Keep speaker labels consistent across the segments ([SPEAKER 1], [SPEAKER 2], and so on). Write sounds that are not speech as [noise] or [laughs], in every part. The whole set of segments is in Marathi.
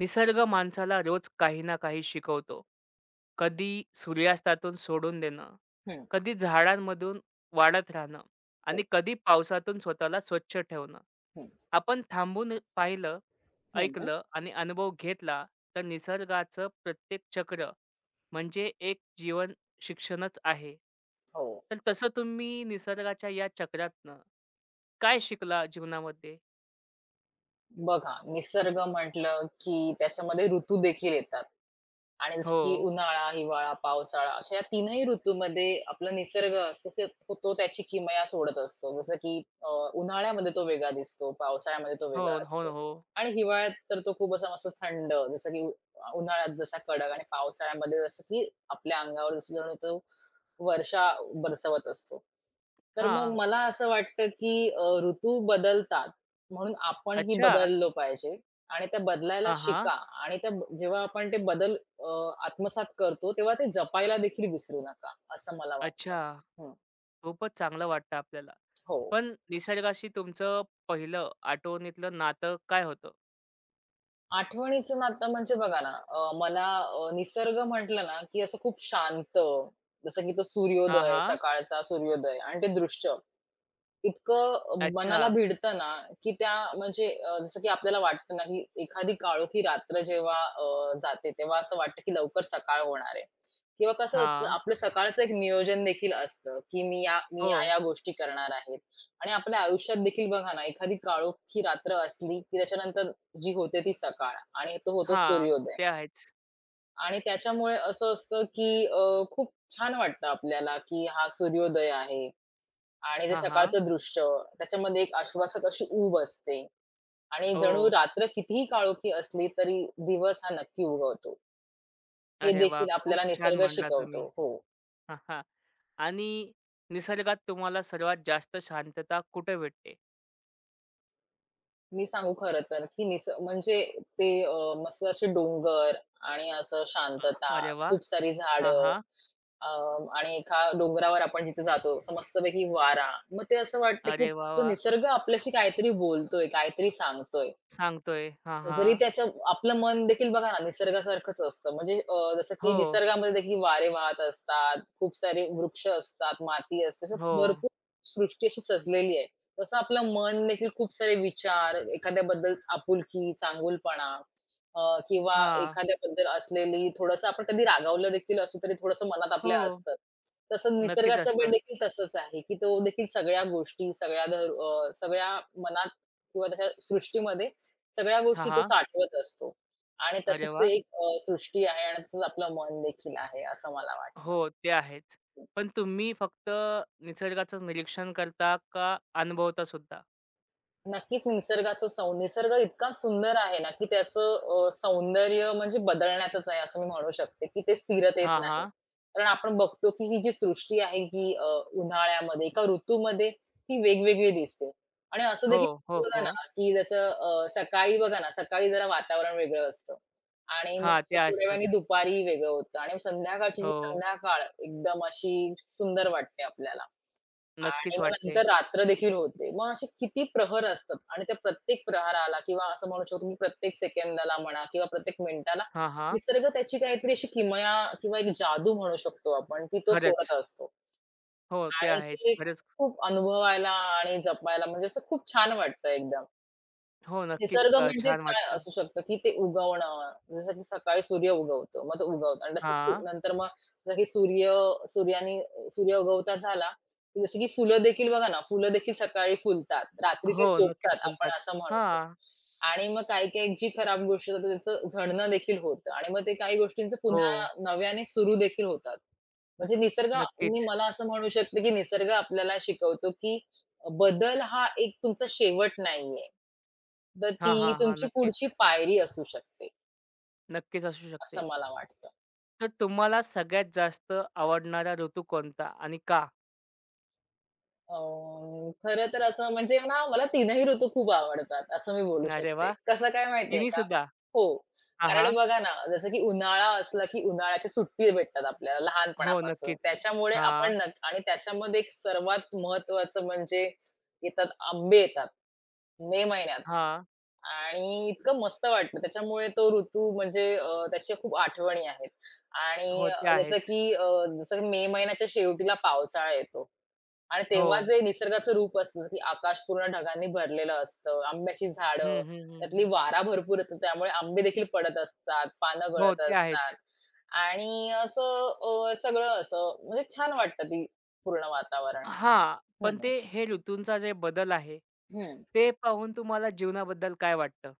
[SPEAKER 1] निसर्ग माणसाला रोज काही ना काही शिकवतो. कधी सूर्यास्तातून सोडून देणं,
[SPEAKER 2] हं,
[SPEAKER 1] कधी झाडांमधून वाढत राहणं आणि
[SPEAKER 2] हो.
[SPEAKER 1] कधी पावसातून स्वतःला स्वच्छ ठेवणं.
[SPEAKER 2] हं,
[SPEAKER 1] आपण थांबून पाहिलं,
[SPEAKER 2] हं, हं.
[SPEAKER 1] ऐकलं आणि अनुभव घेतला तर निसर्गाचं प्रत्येक चक्र म्हणजे एक जीवन शिक्षणच आहे.
[SPEAKER 2] हो.
[SPEAKER 1] तर तसं तुम्ही निसर्गाच्या या चक्रातनं काय शिकला जीवनामध्ये?
[SPEAKER 2] बघा निसर्ग म्हटलं, की त्याच्यामध्ये ऋतू देखील येतात. आणि जसं की
[SPEAKER 1] हो.
[SPEAKER 2] उन्हाळा, हिवाळा, पावसाळा अशा या तीनही ऋतूमध्ये आपला निसर्ग असतो की तो तो त्याची किमया सोडत असतो. जसं की अ, उन्हाळ्यामध्ये तो वेगळा दिसतो, पावसाळ्यामध्ये तो
[SPEAKER 1] हो,
[SPEAKER 2] वेगळा
[SPEAKER 1] हो,
[SPEAKER 2] असतो
[SPEAKER 1] हो.
[SPEAKER 2] आणि हिवाळ्यात तर तो खूप असा मस्त थंड जसं की उन्हाळ्यात जसा कडक आणि पावसाळ्यामध्ये जसं की आपल्या अंगावर जसं जणू तो वर्षा बरसवत असतो. तर मग
[SPEAKER 1] हां.
[SPEAKER 2] मला असं वाटतं की ऋतू बदलतात म्हणून आपणही
[SPEAKER 1] अच्छा.
[SPEAKER 2] बदललो पाहिजे आणि त्या बदलायला
[SPEAKER 1] हां, हां.
[SPEAKER 2] शिका आणि जेव्हा आपण ते बदल अ, आत्मसात करतो, तेव्हा ते जपायला देखील विसरू नका, असं मला वाटतं.
[SPEAKER 1] अच्छा.
[SPEAKER 2] हं,
[SPEAKER 1] खूपच चांगलं वाटतं आपल्याला.
[SPEAKER 2] हो.
[SPEAKER 1] पण निसर्गाशी तुमचं पहिलं आठवणीतलं नातं काय होतं?
[SPEAKER 2] आठवणीचं नातं म्हणजे बघा ना, मला निसर्ग म्हटलं ना, की असं खूप शांत, जसं की तो
[SPEAKER 1] हां,
[SPEAKER 2] सूर्योदय,
[SPEAKER 1] हां.
[SPEAKER 2] सकाळचा सूर्योदय आणि ते दृश्य इतकं
[SPEAKER 1] अच्छा.
[SPEAKER 2] मनाला भिडतं ना, की त्या म्हणजे जसं की आपल्याला वाटतं ना, की एखादी काळोखी रात्र जेव्हा जाते, तेव्हा असं वाटतं, की लवकर सकाळ होणार आहे किंवा कसं
[SPEAKER 1] हा,
[SPEAKER 2] असतं आपलं सकाळचं एक नियोजन देखील असतं, की मी या मी
[SPEAKER 1] हो.
[SPEAKER 2] या-या गोष्टी करणार आहेत आणि आपल्या आयुष्यात देखील बघा ना, एखादी काळोखी रात्र असली, की त्याच्यानंतर जी होते ती सकाळ आणि तो होतो
[SPEAKER 1] हा,
[SPEAKER 2] सूर्योदय
[SPEAKER 1] ते आहेच.
[SPEAKER 2] आणि त्याच्यामुळे असं असतं, की खूप छान वाटतं आपल्याला, की हा सूर्योदय आहे आणि ते
[SPEAKER 1] हां, हां.
[SPEAKER 2] सकाळचं दृश्य, त्याच्यामध्ये एक आश्वासक अशी ऊब असते आणि
[SPEAKER 1] ओह!
[SPEAKER 2] जणू रात्र कितीही काळोखी असली तरी दिवस हा नक्की उगवतो. हे
[SPEAKER 1] अरे वा,
[SPEAKER 2] देखील
[SPEAKER 1] खूप
[SPEAKER 2] आपल्याला
[SPEAKER 1] छान
[SPEAKER 2] निसर्ग
[SPEAKER 1] म्हणला
[SPEAKER 2] शिकवतो.
[SPEAKER 1] तुम्ही.
[SPEAKER 2] हो.
[SPEAKER 1] हा हा आणि निसर्गात तुम्हाला सर्वात जास्त शांतता कुठे भेटते?
[SPEAKER 2] मी सांगू खरं तर, की म्हणजे ते मस्त असे डोंगर आणि असं
[SPEAKER 1] अ,
[SPEAKER 2] शांतता,
[SPEAKER 1] अरे वाह!
[SPEAKER 2] खूप सारी
[SPEAKER 1] हां,
[SPEAKER 2] झाडं
[SPEAKER 1] हां.
[SPEAKER 2] अ, आणि एका डोंगरावर आपण जिथे जातो, असं मस्तपैकी वारा. मग ते असं वाटतं, की
[SPEAKER 1] अरे वाह,
[SPEAKER 2] तो
[SPEAKER 1] वाह!
[SPEAKER 2] निसर्ग आपल्याशी काहीतरी बोलतोय, काहीतरी सांगतोय.
[SPEAKER 1] सांगतोय. हां,
[SPEAKER 2] जरी
[SPEAKER 1] हां.
[SPEAKER 2] त्याच्या आपलं मन देखील बघा ना निसर्गासारखंच असतं. म्हणजे जसं की
[SPEAKER 1] हो,
[SPEAKER 2] निसर्गामध्ये देखील वारे वाहत असतात, खूप सारे वृक्ष असतात, माती असते. असं
[SPEAKER 1] हो.
[SPEAKER 2] भरपूर सृष्टी अशी सजलेली आहे. तसं आपलं मन देखील खूप सारे विचार, एखाद्याबद्दल आपुलकी, चांगुलपणा अ, किंवा
[SPEAKER 1] हां.
[SPEAKER 2] एखाद्याबद्दल असलेली थोडंसं आपण कधी रागावलं देखील असू तरी थोडंसं मनात
[SPEAKER 1] हो.
[SPEAKER 2] आपल्या असतं. तसं
[SPEAKER 1] नक्कीच
[SPEAKER 2] निसर्गाचा वेळ
[SPEAKER 1] असतं.
[SPEAKER 2] देखील तसंच आहे, की तो देखील सगळ्या गोष्टी, सगळ्या धर सगळ्या मनात किंवा त्याच्या सृष्टीमध्ये सगळ्या
[SPEAKER 1] हां,
[SPEAKER 2] गोष्टी तो
[SPEAKER 1] हां.
[SPEAKER 2] साठवत असतो आणि
[SPEAKER 1] अरे
[SPEAKER 2] तशीच
[SPEAKER 1] वाह!
[SPEAKER 2] ती एक सृष्टी आहे आणि तसंच आपलं मन देखील आहे, असं मला वाटतं.
[SPEAKER 1] हो, ते आहेच. पण तुम्ही फक्त निसर्गाचं निरीक्षण करता का अनुभवता सुद्धा?
[SPEAKER 2] नक्कीच निसर्ग इतका सुंदर आहे ना, की त्याचं सौंदर्य म्हणजे बदलण्यातच आहे असं मी म्हणू शकते, की ते स्थिरतेत
[SPEAKER 1] हां,
[SPEAKER 2] नाही.
[SPEAKER 1] हां.
[SPEAKER 2] कारण आपण बघतो, की ही जी सृष्टी आहे ही उन्हाळ्यामध्ये एका ऋतूमध्ये ती वेगवेगळी दिसते. आणि असं
[SPEAKER 1] हो, हो,
[SPEAKER 2] देखील बघा
[SPEAKER 1] हो.
[SPEAKER 2] ना, की जसं सकाळी बघा ना, सकाळी जरा वातावरण वेगळं असतं आणि मग
[SPEAKER 1] हां, ते
[SPEAKER 2] थोड्या वेळाने
[SPEAKER 1] असतंच.
[SPEAKER 2] दुपारी वेगळं होतं आणि संध्याकाळची जी
[SPEAKER 1] हो,
[SPEAKER 2] संध्याकाळ एकदम अशी सुंदर वाटते आपल्याला. आणि
[SPEAKER 1] नक्कीच
[SPEAKER 2] मग
[SPEAKER 1] वाटते.
[SPEAKER 2] नंतर रात्र देखील होते. मग असे किती प्रहर असतात आणि त्या प्रत्येक प्रहाराला किंवा असं म्हणू शकतो, की प्रत्येक सेकंदाला म्हणा किंवा प्रत्येक मिनिटाला
[SPEAKER 1] हां, हां.
[SPEAKER 2] निसर्ग त्याची काहीतरी अशी किमया किंवा एक जादू म्हणू शकतो आपण, की तो
[SPEAKER 1] खरंच.
[SPEAKER 2] सोडत असतो
[SPEAKER 1] हो, ते
[SPEAKER 2] आणि
[SPEAKER 1] आहेच.
[SPEAKER 2] ते
[SPEAKER 1] खरंच.
[SPEAKER 2] खूप अनुभवायला आणि जपायला म्हणजे असं खूप छान वाटतं एकदम.
[SPEAKER 1] हो, नक्कीच
[SPEAKER 2] निसर्ग म्हणजे
[SPEAKER 1] छान
[SPEAKER 2] काय
[SPEAKER 1] वाटतं.
[SPEAKER 2] असू शकतं, की ते उगवणं. जसं की सकाळी सूर्य उगवतो, मग तो उगवतो आणि तसंच
[SPEAKER 1] हां.
[SPEAKER 2] नंतर मग जसं की सूर्यानी सूर्य उगवता झाला, की जसं की फुलं देखील बघा ना, फुलं देखील सकाळी फुलतात, रात्री ती
[SPEAKER 1] हो, नक्कीच
[SPEAKER 2] झोपतात आपण
[SPEAKER 1] बोलतात.
[SPEAKER 2] असं म्हणतो.
[SPEAKER 1] हां.
[SPEAKER 2] आणि मग काही-काही जी खराब गोष्ट होते त्याचं झडणं देखील होतं आणि मग ते काही गोष्टींचं
[SPEAKER 1] हो,
[SPEAKER 2] पुन्हा नव्याने सुरू देखील होतात. म्हणजे निसर्ग
[SPEAKER 1] नक्कीच.
[SPEAKER 2] मला असं म्हणू शकते, की निसर्ग आपल्याला शिकवतो, की बदल हा एक तुमचा शेवट नाहीये. तर
[SPEAKER 1] हां,
[SPEAKER 2] ती
[SPEAKER 1] हां, हां.
[SPEAKER 2] तुमची पुढची
[SPEAKER 1] नक्कीच.
[SPEAKER 2] पायरी असू शकते,
[SPEAKER 1] नक्कीच असू शकते.
[SPEAKER 2] असं मला वाटतं.
[SPEAKER 1] तर तुम्हाला सगळ्यात जास्त आवडणारा ऋतू कोणता आणि का?
[SPEAKER 2] अ, खरं तर असं म्हणजे ना मला तिन्ही ऋतू खूप आवडतात, असं मी बोलू
[SPEAKER 1] अरे
[SPEAKER 2] शकते.
[SPEAKER 1] वाह!
[SPEAKER 2] कसं काय माहिती आहे का?
[SPEAKER 1] तिन्हीसुद्धा.
[SPEAKER 2] हो.
[SPEAKER 1] हां, हां.
[SPEAKER 2] कारण बघा ना, जसं की उन्हाळा असला की उन्हाळ्याच्या सुट्टी भेटतात आपल्याला
[SPEAKER 1] हो,
[SPEAKER 2] लहानपणापासून.
[SPEAKER 1] नक्कीच.
[SPEAKER 2] त्याच्यामुळे
[SPEAKER 1] हां,
[SPEAKER 2] आपण नक आणि त्याच्यामध्ये एक सर्वात महत्त्वाचं म्हणजे येतात आंबे येतात, मे महिन्यात.
[SPEAKER 1] हां.
[SPEAKER 2] आणि इतकं मस्त वाटलं. त्याच्यामुळे तो ऋतू म्हणजे त्याच्या खूप आठवणी आहेत. आणि
[SPEAKER 1] हो, ते आहेच.
[SPEAKER 2] जसं की मे महिन्याच्या शेवटीला पावसाळा येतो आणि
[SPEAKER 1] हो.
[SPEAKER 2] तेव्हा जे निसर्गाचं रूप असतं, जसं की आकाश पूर्ण ढगांनी भरलेलं असतं, आंब्याची झाडं,
[SPEAKER 1] हं, हं, हं,
[SPEAKER 2] त्यातली
[SPEAKER 1] हं.
[SPEAKER 2] वारा भरपूर येतो, त्यामुळे आंबे देखील पडत असतात, पानं
[SPEAKER 1] हो,
[SPEAKER 2] गळत
[SPEAKER 1] ते
[SPEAKER 2] असतात
[SPEAKER 1] आहेच.
[SPEAKER 2] आणि असं सगळं असं म्हणजे छान वाटतं ती पूर्ण वातावरण.
[SPEAKER 1] हां, पण ते
[SPEAKER 2] हं,
[SPEAKER 1] हे ऋतूंचा जे बदल आहे,
[SPEAKER 2] हं.
[SPEAKER 1] ते पाहून तुम्हाला जीवनाबद्दल काय वाटतं?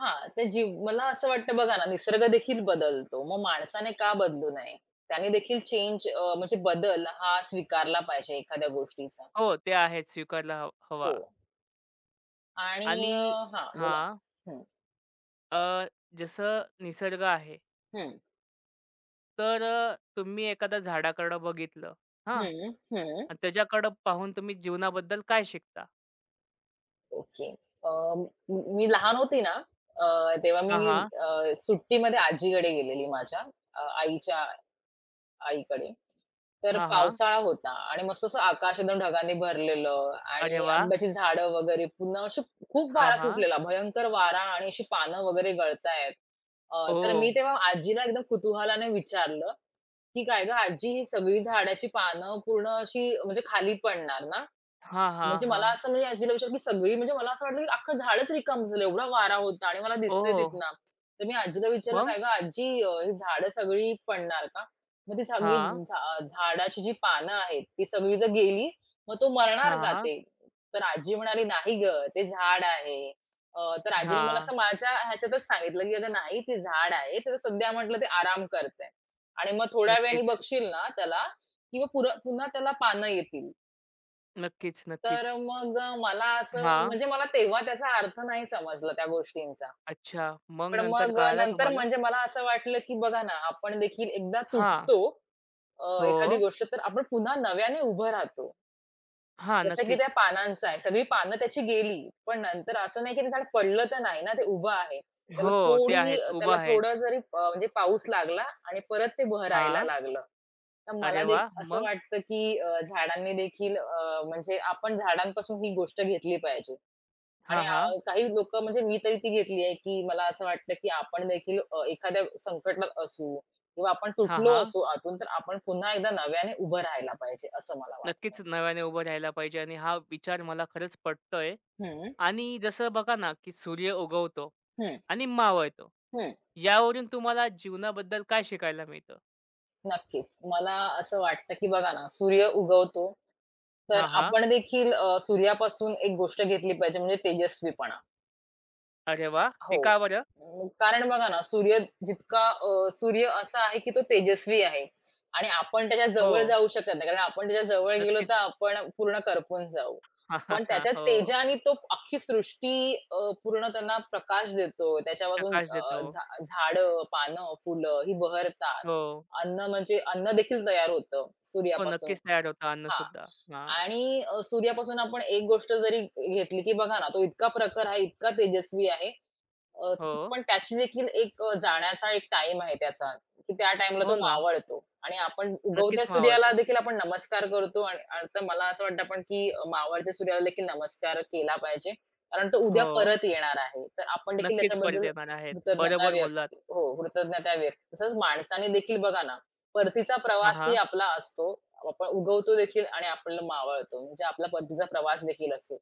[SPEAKER 2] हां, तर मला असं वाटतं बघा ना, निसर्ग देखील बदलतो. मग माणसाने का बदलू नये? त्याने देखील म्हणजे बदल हा स्वीकारला पाहिजे एखाद्या गोष्टीचा.
[SPEAKER 1] हो, ते आहेच स्वीकारला हवा.
[SPEAKER 2] हो. आणि
[SPEAKER 1] आणि
[SPEAKER 2] हां, बोला ना.
[SPEAKER 1] हां,
[SPEAKER 2] हं,
[SPEAKER 1] अ, जसं निसर्ग आहे,
[SPEAKER 2] हं,
[SPEAKER 1] तर तुम्ही एखाद्या झाडाकडं बघितलं, हां?
[SPEAKER 2] हं, हं.
[SPEAKER 1] आणि त्याच्याकडं पाहून तुम्ही जीवनाबद्दल काय शिकता?
[SPEAKER 2] ओके. अ, म मी लहान होती ना, तेव्हा मी
[SPEAKER 1] हां, हां.
[SPEAKER 2] सुट्टीमध्ये आजीकडे गेलेली माझ्या, आईच्या आईकडे. तर
[SPEAKER 1] हां, हां.
[SPEAKER 2] पावसाळा होता आणि मस्त असं आकाश एकदम ढगांनी भरलेलं
[SPEAKER 1] अरे
[SPEAKER 2] आणि
[SPEAKER 1] वाह!
[SPEAKER 2] आंब्याची झाडं वगैरे पुन्हा अशी खूप
[SPEAKER 1] हां,
[SPEAKER 2] वारा
[SPEAKER 1] हां.
[SPEAKER 2] सुटलेला, भयंकर वारा आणि अशी पानं वगैरे गळतायत. अ, तर
[SPEAKER 1] ओह!
[SPEAKER 2] मी तेव्हा आजीला एकदम कुतूहलाने विचारलं, की "काय गं आजी ही सगळी झाडाची पानं पूर्ण अशी म्हणजे खाली पडणार ना?"
[SPEAKER 1] हां, हां,
[SPEAKER 2] म्हणजे मला
[SPEAKER 1] हां.
[SPEAKER 2] असं म्हणजे आजीला विचारलं की सगळी म्हणजे मला असं वाटलं की अख्खं झाडच रिकामं झालं. एवढा वारा होता आणि मला दिसतंय
[SPEAKER 1] ओह!
[SPEAKER 2] तिथनं. तर मी आजीला विचारलं,
[SPEAKER 1] मग?
[SPEAKER 2] "काय गं आजी ही झाडं सगळी पडणार का?" मग ती सगळी
[SPEAKER 1] हां.
[SPEAKER 2] झाडाची जी पानं आहेत, ती सगळी जर गेली, मग तो
[SPEAKER 1] हां,
[SPEAKER 2] मरणार
[SPEAKER 1] हां,
[SPEAKER 2] का
[SPEAKER 1] हां.
[SPEAKER 2] ते? तर आजी म्हणाली, "नाही गं, ते झाड आहे." तर आजीने मला
[SPEAKER 1] हां.
[SPEAKER 2] असं माझ्या ह्याच्यातच सांगितलं की "अगं नाही, ते झाड आहे. तर सध्या म्हटलं ते आराम करतंय आणि मग थोड्या वेळाने
[SPEAKER 1] नक्कीच.
[SPEAKER 2] बघशील ना त्याला, की पुन्हा त्याला पानं येतील."
[SPEAKER 1] नक्कीच,
[SPEAKER 2] तर
[SPEAKER 1] नक्कीच.
[SPEAKER 2] मग मला असं
[SPEAKER 1] हां.
[SPEAKER 2] म्हणजे मला तेव्हा त्याचा अर्थ नाही समजला त्या गोष्टींचा.
[SPEAKER 1] अच्छा. मग
[SPEAKER 2] पण
[SPEAKER 1] नंतर
[SPEAKER 2] मग
[SPEAKER 1] कळालं
[SPEAKER 2] नंतर
[SPEAKER 1] तुम्हाला?
[SPEAKER 2] म्हणजे मला असं वाटलं, की बघा ना, आपण देखील एकदा
[SPEAKER 1] हां.
[SPEAKER 2] तुटतो एखादी
[SPEAKER 1] हो.
[SPEAKER 2] गोष्ट, तर आपण पुन्हा नव्याने उभं राहतो.
[SPEAKER 1] हां,
[SPEAKER 2] जसं की त्या
[SPEAKER 1] नक्कीच.
[SPEAKER 2] पानांचं आहे, सगळी पानं त्याची गेली, पण नंतर असं नाही की ते झाड पडलं तर नाही ना, ते उभं आहे.
[SPEAKER 1] हो, ते आहेच. उभं
[SPEAKER 2] त्याला
[SPEAKER 1] आहेच.
[SPEAKER 2] थोडं जरी म्हणजे पाऊस लागला आणि परत ते बहरायला
[SPEAKER 1] हां.
[SPEAKER 2] लागलं. तर मला
[SPEAKER 1] अरे
[SPEAKER 2] दे
[SPEAKER 1] वाह!
[SPEAKER 2] असं
[SPEAKER 1] मग?
[SPEAKER 2] वाटतं, की झाडांनी देखील म्हणजे आपण झाडांपासून ही गोष्ट घेतली पाहिजे. आणि
[SPEAKER 1] हां, हां.
[SPEAKER 2] काही लोकं म्हणजे मी तरी ती घेतली आहे, की मला असं वाटतं, की आपण देखील एखाद्या संकटात असू किंवा आपण
[SPEAKER 1] हां,
[SPEAKER 2] तुटलो
[SPEAKER 1] हां.
[SPEAKER 2] असू आतून, तर आपण पुन्हा एकदा नव्याने उभं राहायला पाहिजे, असं मला वाटतं.
[SPEAKER 1] नक्कीच नव्याने उभं राहायला पाहिजे आणि हा विचार मला खरंच पटतोय
[SPEAKER 2] हं,
[SPEAKER 1] आणि जसं बघा ना, की सूर्य उगवतो
[SPEAKER 2] हं,
[SPEAKER 1] आणि मावळतो.
[SPEAKER 2] हं.
[SPEAKER 1] यावरून तुम्हाला जीवनाबद्दल काय शिकायला मिळतं?
[SPEAKER 2] नक्कीच. मला असं वाटतं, की बघा ना, सूर्य उगवतो, तर
[SPEAKER 1] हां, हां.
[SPEAKER 2] आपण देखील सूर्यापासून एक गोष्ट घेतली पाहिजे म्हणजे तेजस्वीपणा.
[SPEAKER 1] अरे वाह!
[SPEAKER 2] हो.
[SPEAKER 1] ते का बरं?
[SPEAKER 2] कारण बघा ना, सूर्य असा आहे, की तो तेजस्वी आहे आणि आपण त्याच्या
[SPEAKER 1] हो.
[SPEAKER 2] जवळ जाऊ शकत नाही. कारण आपण त्याच्या जवळ गेलो तर
[SPEAKER 1] नक्कीच.
[SPEAKER 2] आपण पूर्ण करपून जाऊ. पण
[SPEAKER 1] [laughs]
[SPEAKER 2] त्याच्या
[SPEAKER 1] हो.
[SPEAKER 2] तेजाने तो अख्खी सृष्टी पूर्ण त्यांना प्रकाश देतो. त्याच्यापासून
[SPEAKER 1] प्रकाश
[SPEAKER 2] अ,
[SPEAKER 1] देतो.
[SPEAKER 2] झा झाडं, पानं, फुलं ही बहरतात.
[SPEAKER 1] हो.
[SPEAKER 2] अन्न देखील तयार होतं
[SPEAKER 1] हो,
[SPEAKER 2] सूर्यापासून.
[SPEAKER 1] नक्कीच तयार होतं अन्न
[SPEAKER 2] हां.
[SPEAKER 1] सुद्धा, हां.
[SPEAKER 2] आणि सूर्यापासून आपण एक गोष्ट जरी घेतली, की बघा ना, तो इतका प्रखर आहे, इतका तेजस्वी आहे अ,
[SPEAKER 1] हो.
[SPEAKER 2] पण त्याची देखील एक जाण्याचा एक टाईम आहे त्याचा, की त्या टाईमला
[SPEAKER 1] हो
[SPEAKER 2] तो
[SPEAKER 1] ना.
[SPEAKER 2] मावळतो आणि आपण उगवत्या
[SPEAKER 1] नक्कीच
[SPEAKER 2] सूर्याला
[SPEAKER 1] मावळतो.
[SPEAKER 2] देखील आपण नमस्कार करतो आणि आणि तर मला असं वाटतं आपण की मावळत्या सूर्याला देखील नमस्कार केला पाहिजे. कारण तो उद्या
[SPEAKER 1] हो.
[SPEAKER 2] परत येणार आहे. तर आपण देखील
[SPEAKER 1] नक्कीच परत
[SPEAKER 2] त्याच्याबद्दल
[SPEAKER 1] येणार आहेत. बरोबर बोललात.
[SPEAKER 2] कृतज्ञता व्यक्त तसंच माणसाने देखील बघा ना, परतीचा
[SPEAKER 1] हां,
[SPEAKER 2] प्रवासही
[SPEAKER 1] हां.
[SPEAKER 2] आपला असतो. आपण उगवतो देखील आणि आपल्याला मावळतो. म्हणजे आपला परतीचा प्रवास देखील असतो.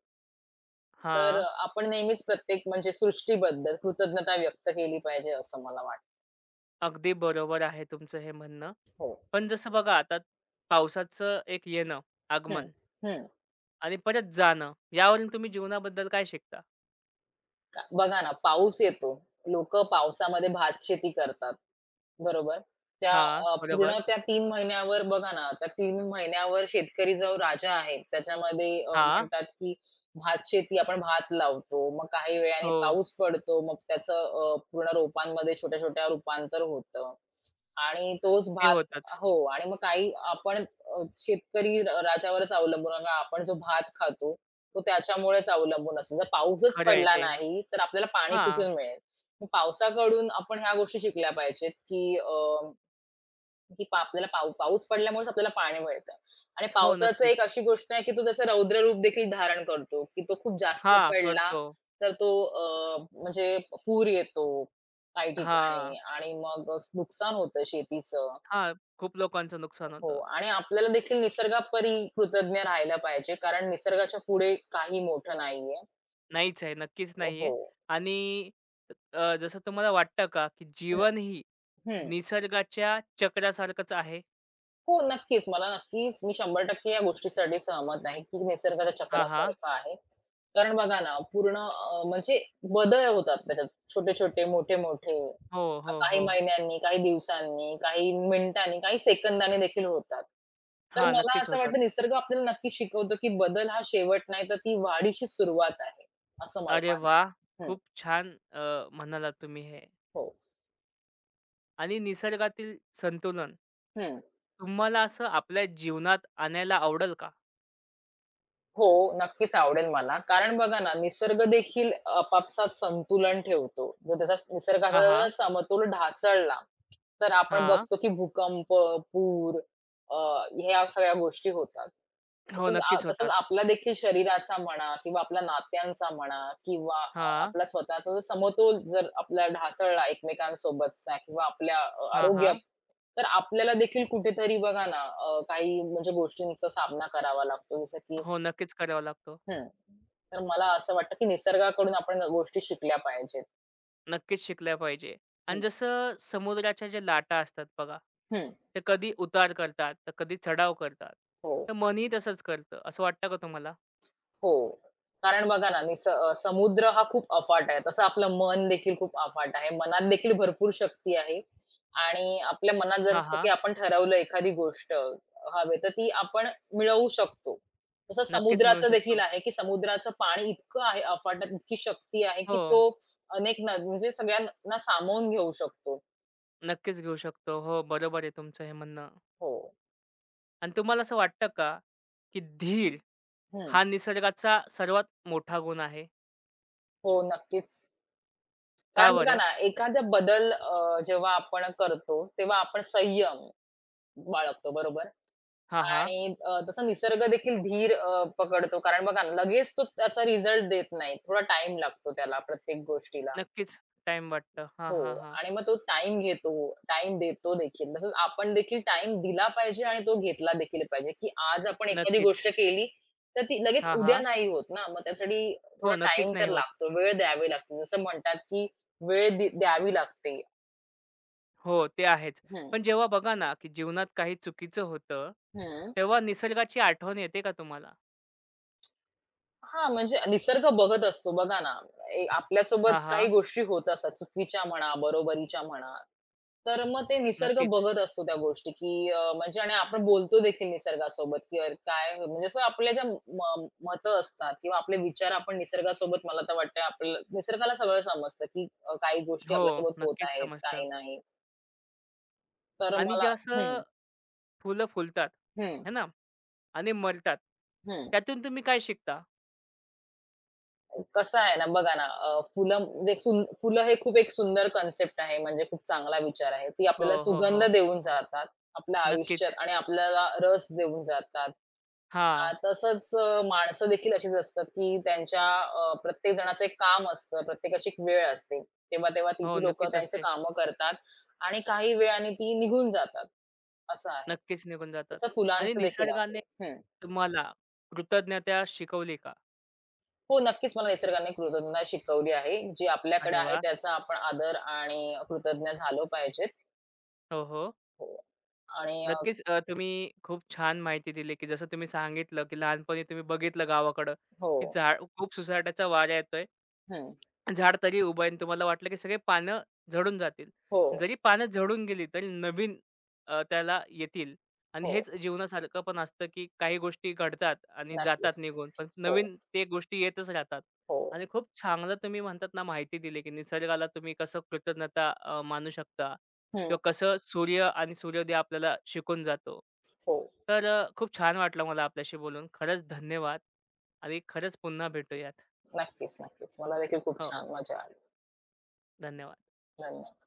[SPEAKER 2] तर
[SPEAKER 1] हां.
[SPEAKER 2] आपण नेहमीच प्रत्येक म्हणजे सृष्टीबद्दल कृतज्ञता व्यक्त केली पाहिजे असं मला वाटतं.
[SPEAKER 1] अगदी बरोबर आहे तुमचं हे म्हणणं.
[SPEAKER 2] हो.
[SPEAKER 1] पण जसं बघा आता पावसाचं एक येणं,
[SPEAKER 2] हं,
[SPEAKER 1] आगमन
[SPEAKER 2] हं.
[SPEAKER 1] आणि परत जाणं यावरून तुम्ही जीवनाबद्दल काय शिकता?
[SPEAKER 2] का बघा ना पाऊस येतो. लोकं पावसामध्ये भातशेती करतात, बरोबर? त्या
[SPEAKER 1] हां, बरोबर.
[SPEAKER 2] पूर्ण त्या तीन महिन्यावर बघा ना, त्या तीन महिन्यावर शेतकरी जो राजा आहे त्याच्यामध्ये
[SPEAKER 1] हां.
[SPEAKER 2] म्हणतात की भातशेती आपण भात लावतो. मग काही वेळाने
[SPEAKER 1] हो.
[SPEAKER 2] पाऊस पडतो. मग त्याचं पूर्ण रोपांमध्ये छोट्या-छोट्या रूपांतर होतं. आणि तोच
[SPEAKER 1] ते
[SPEAKER 2] भात
[SPEAKER 1] होतंच.
[SPEAKER 2] हो आणि मग काही आपण अ, शेतकरी र राजावरच अवलंबून आणि आपण जो भात खातो, तो त्याच्यामुळेच अवलंबून असतो. जर पाऊसच
[SPEAKER 1] खरं आहे
[SPEAKER 2] पडला
[SPEAKER 1] ते.
[SPEAKER 2] नाही, तर आपल्याला पाणी
[SPEAKER 1] हां.
[SPEAKER 2] कुठून मिळेल? मग पावसाकडून आपण ह्या गोष्टी शिकल्या पाहिजेत, की अ, की पा आपल्याला पाऊ पाऊस पडल्यामुळेच आपल्याला पाणी मिळतं. आणि
[SPEAKER 1] हो,
[SPEAKER 2] पावसाचं
[SPEAKER 1] नक्कीच.
[SPEAKER 2] एक अशी गोष्ट आहे, की तो त्याचं रौद्र रूप देखील धारण करतो, की तो खूप जास्त
[SPEAKER 1] हां,
[SPEAKER 2] पडला,
[SPEAKER 1] करतो.
[SPEAKER 2] तर तो म्हणजे पूर येतो काही ठिकाणी
[SPEAKER 1] हां.
[SPEAKER 2] आणि मग नुकसान होतं शेतीचं.
[SPEAKER 1] हां, खूप लोकांचं नुकसान
[SPEAKER 2] हो
[SPEAKER 1] होतं.
[SPEAKER 2] आणि आपल्याला देखील निसर्गापरी कृतज्ञ राहायला पाहिजे. कारण निसर्गाच्या पुढे काही मोठं नाहीये.
[SPEAKER 1] नाहीच आहे, नक्कीच
[SPEAKER 2] हो.
[SPEAKER 1] नाहीये आणि जसं तुम्हाला वाटतं का, की
[SPEAKER 2] हं,
[SPEAKER 1] जीवन ही
[SPEAKER 2] हं.
[SPEAKER 1] निसर्गाच्या चक्रासारखंच आहे?
[SPEAKER 2] हो, नक्कीच. मला नक्कीच मी 100% या गोष्टीसाठी सहमत आहे, की निसर्गाच्या
[SPEAKER 1] हा, हां.
[SPEAKER 2] चक्रासारखं आहे. कारण बघा ना, म्हणजे बदल होतात त्याच्यात. छोटे-छोटे, मोठे-मोठे.
[SPEAKER 1] हो, हो,
[SPEAKER 2] काही
[SPEAKER 1] हो.
[SPEAKER 2] महिन्यांनी, काही दिवसांनी, काही मिनिटांनी, काही सेकंदांनी देखील होतात. तर
[SPEAKER 1] हां,
[SPEAKER 2] मला
[SPEAKER 1] नक्कीच
[SPEAKER 2] असं
[SPEAKER 1] होतात.
[SPEAKER 2] वाटतं निसर्ग आपल्याला नक्की शिकवतो, की बदल हा शेवट नाही, तर ती वाढीची सुरुवात आहे. असं मला
[SPEAKER 1] अरे
[SPEAKER 2] वाटतं.
[SPEAKER 1] वाह! खूप छान म्हणालात तुम्ही हे
[SPEAKER 2] हो.
[SPEAKER 1] आणि निसर्गातील संतुलन
[SPEAKER 2] हं.
[SPEAKER 1] तुम्हाला असं आपल्या जीवनात आणायला आवडेल का?
[SPEAKER 2] हो, नक्कीच आवडेल मला. कारण बघा ना, निसर्ग देखील आपापसात संतुलन ठेवतो. जर त्याचा निसर्गाचा
[SPEAKER 1] हां,
[SPEAKER 2] जर
[SPEAKER 1] हां.
[SPEAKER 2] समतोल ढासळला, तर आपण
[SPEAKER 1] हां.
[SPEAKER 2] बघतो की भूकंप, पूर अ, ह्या सगळ्या गोष्टी होतात.
[SPEAKER 1] हो, नक्कीच
[SPEAKER 2] तसंच
[SPEAKER 1] होतात.
[SPEAKER 2] आपला देखील शरीराचा म्हणा किंवा आपल्या नात्यांचा म्हणा किंवा
[SPEAKER 1] हां.
[SPEAKER 2] आपला स्वतःचा जर समतोल जर आपला ढासळला एकमेकांसोबतचा किंवा आपल्या
[SPEAKER 1] हां,
[SPEAKER 2] आरोग्यात,
[SPEAKER 1] हां.
[SPEAKER 2] तर आपल्याला देखील कुठेतरी बघा ना, काही म्हणजे गोष्टींचा सामना करावा लागतो. जसं की
[SPEAKER 1] हो, नक्कीच करावा लागतो.
[SPEAKER 2] हं. तर मला असं वाटतं, की निसर्गाकडून आपण गोष्टी शिकल्या पाहिजेत.
[SPEAKER 1] नक्कीच शिकल्या पाहिजे. आणि
[SPEAKER 2] हो.
[SPEAKER 1] जसं समुद्राच्या ज्या लाटा असतात बघा,
[SPEAKER 2] हं.
[SPEAKER 1] ते कधी उतार करतात, तर कधी चढाव करतात.
[SPEAKER 2] हो,
[SPEAKER 1] तर मनही तसंच करतं. असं वाटतं का तुम्हाला?
[SPEAKER 2] हो. कारण बघा ना, समुद्र हा खूप अफाट आहे. तसं आपलं मन देखील खूप अफाट आहे. मनात देखील भरपूर शक्ती आहे आणि आपल्या मनात
[SPEAKER 1] हां,
[SPEAKER 2] जसं की
[SPEAKER 1] हां.
[SPEAKER 2] आपण ठरवलं एखादी गोष्ट हवे, तर ती आपण मिळवू शकतो. तसं
[SPEAKER 1] नक्कीच मिळू
[SPEAKER 2] समुद्राचं देखील
[SPEAKER 1] शकतो.
[SPEAKER 2] आहे, की समुद्राचं पाणी इतकं आहे अफाट, इतकी शक्ती आहे, की
[SPEAKER 1] हो,
[SPEAKER 2] तो अनेक न म्हणजे सगळ्यांना सामावून घेऊ शकतो.
[SPEAKER 1] नक्कीच घेऊ शकतो. हो, बरोबर आहे तुमचं हे म्हणणं.
[SPEAKER 2] हो.
[SPEAKER 1] आणि तुम्हाला असं वाटतं का, की धीर
[SPEAKER 2] हं.
[SPEAKER 1] हा निसर्गाचा सर्वात मोठा गुण आहे?
[SPEAKER 2] हो, नक्कीच.
[SPEAKER 1] का
[SPEAKER 2] कारण बघा
[SPEAKER 1] बरं?
[SPEAKER 2] ना, एखादा बदल जेव्हा आपण करतो, तेव्हा आपण संयम बाळगतो, बरोबर?
[SPEAKER 1] हां, हां.
[SPEAKER 2] आणि तसा निसर्ग देखील धीर पकडतो. कारण बघा ना, लगेच तो त्याचा रिझल्ट देत नाही. थोडा टाइम लागतो त्याला प्रत्येक गोष्टीला.
[SPEAKER 1] नक्कीच टाईम वाटतं. हां,
[SPEAKER 2] हो
[SPEAKER 1] हां, हां.
[SPEAKER 2] आणि मग तो टाईम घेतो, टाईम देतो देखील. तसंच आपण देखील टाईम दिला पाहिजे आणि तो घेतला देखील पाहिजे, की आज आपण एखादी
[SPEAKER 1] नक्कीच.
[SPEAKER 2] गोष्ट केली, तर ती लगेच
[SPEAKER 1] हां,
[SPEAKER 2] उद्या
[SPEAKER 1] हां.
[SPEAKER 2] नाही होत ना. मग त्यासाठी थोडा
[SPEAKER 1] हो, नक्कीच
[SPEAKER 2] टाईम
[SPEAKER 1] नाही
[SPEAKER 2] तर
[SPEAKER 1] होत.
[SPEAKER 2] लागतो, वेळ द्यावी लागते. जसं म्हणतात, की वेळ द्यावी लागते.
[SPEAKER 1] हो, ते आहेच. पण जेव्हा बघा ना, की जीवनात काही चुकीचं होतं,
[SPEAKER 2] हं.
[SPEAKER 1] तेव्हा निसर्गाची आठवण येते का तुम्हाला?
[SPEAKER 2] हां, म्हणजे निसर्ग बघत असतो बघा ना, आपल्यासोबत
[SPEAKER 1] हां,
[SPEAKER 2] काही
[SPEAKER 1] हां.
[SPEAKER 2] गोष्टी होत असतात, चुकीच्या म्हणा, बरोबरीच्या म्हणा. तर मग ते निसर्ग
[SPEAKER 1] नक्कीच.
[SPEAKER 2] बघत असतो त्या गोष्टी, की म्हणजे आणि आपण बोलतो देखील निसर्गासोबत, की म्हणजे असं आपल्या ज्या म असतात किंवा आपले विचार आपण निसर्गासोबत मला तर वाटतंय आपल्याला निसर्गाला सगळं समजतं, की काही गोष्टी
[SPEAKER 1] हो,
[SPEAKER 2] आपल्यासोबत होत
[SPEAKER 1] नक्कीच
[SPEAKER 2] आहेत,
[SPEAKER 1] समजतं.
[SPEAKER 2] काही नाही. तर
[SPEAKER 1] आणि जे
[SPEAKER 2] मला
[SPEAKER 1] असं
[SPEAKER 2] हं,
[SPEAKER 1] फुलं फुलतात,
[SPEAKER 2] हं,
[SPEAKER 1] है ना? आणि मरतात.
[SPEAKER 2] हं.
[SPEAKER 1] त्यातून तुम्ही काय शिकता?
[SPEAKER 2] कसं आहे ना, बघा ना, अ, फुलं म्हणजे सुं फुलं हे खूप एक सुंदर कन्सेप्ट आहे, म्हणजे खूप चांगला विचार आहे. ती
[SPEAKER 1] हो,
[SPEAKER 2] आपल्याला
[SPEAKER 1] हो,
[SPEAKER 2] सुगंध
[SPEAKER 1] हो.
[SPEAKER 2] देऊन जातात, आपलं आयुष्य
[SPEAKER 1] नक्कीच.
[SPEAKER 2] आणि आपल्याला रस देऊन जातात. हां,
[SPEAKER 1] हां.
[SPEAKER 2] तसंच माणसं देखील अशीच असतात, की त्यांच्या प्रत्येक जणाचं एक काम असतं, प्रत्येकाची एक वेळ असते. तेव्हा-तेव्हा
[SPEAKER 1] हो,
[SPEAKER 2] ती लोकं
[SPEAKER 1] नक्कीच
[SPEAKER 2] त्यांचे
[SPEAKER 1] असते.
[SPEAKER 2] कामं करतात आणि काही वेळाने ती निघून जातात, असं आहे.
[SPEAKER 1] नक्कीच निघून जातात.
[SPEAKER 2] तसं
[SPEAKER 1] आणि
[SPEAKER 2] फुलांचं देखील
[SPEAKER 1] निसर्गाने
[SPEAKER 2] आहे.
[SPEAKER 1] तुम्हाला कृतज्ञता शिकवली का?
[SPEAKER 2] हो, नक्कीच मला निसर्गाने कृतज्ञता शिकवली आहे. जी आपल्याकडे
[SPEAKER 1] अरे
[SPEAKER 2] आहे
[SPEAKER 1] वाह!
[SPEAKER 2] त्याचा आपण आदर आणि कृतज्ञ झालो पाहिजेत.
[SPEAKER 1] हो, हो.
[SPEAKER 2] हो आणि
[SPEAKER 1] नक्कीच तुम्ही खूप छान माहिती दिली, की जसं तुम्ही सांगितलं, की लहानपणी तुम्ही बघितलं गावाकडं,
[SPEAKER 2] हो.
[SPEAKER 1] की झाड खूप सुसाट्याचा वारा येतोय
[SPEAKER 2] हं.
[SPEAKER 1] झाड तरी उभं आहे आणि तुम्हाला वाटलं की सगळे पानं झडून जातील.
[SPEAKER 2] हो,
[SPEAKER 1] जरी पानं झडून गेली तरी नवीन त्याला येतील आणि
[SPEAKER 2] हो.
[SPEAKER 1] हेच जीवनासारखं पण असतं, की काही गोष्टी घडतात आणि जातात
[SPEAKER 2] नक्कीच.
[SPEAKER 1] निघून, पण
[SPEAKER 2] हो,
[SPEAKER 1] नवीन ते गोष्टी येतच राहतात
[SPEAKER 2] हो.
[SPEAKER 1] आणि खूप चांगलं तुम्ही म्हणतात ना, माहिती दिली, की निसर्गाला तुम्ही कसं कृतज्ञता मानू शकता
[SPEAKER 2] हं.
[SPEAKER 1] किंवा कसं सूर्य आणि सूर्योदय आपल्याला शिकून जातो.
[SPEAKER 2] हो.
[SPEAKER 1] तर खूप छान वाटलं मला आपल्याशी बोलून. खरंच धन्यवाद आणि खरंच पुन्हा भेटूयात.
[SPEAKER 2] नक्कीच, नक्कीच. मला देखील खूप
[SPEAKER 1] हो,
[SPEAKER 2] छान मजा आली.
[SPEAKER 1] धन्यवाद.
[SPEAKER 2] धन्यवाद.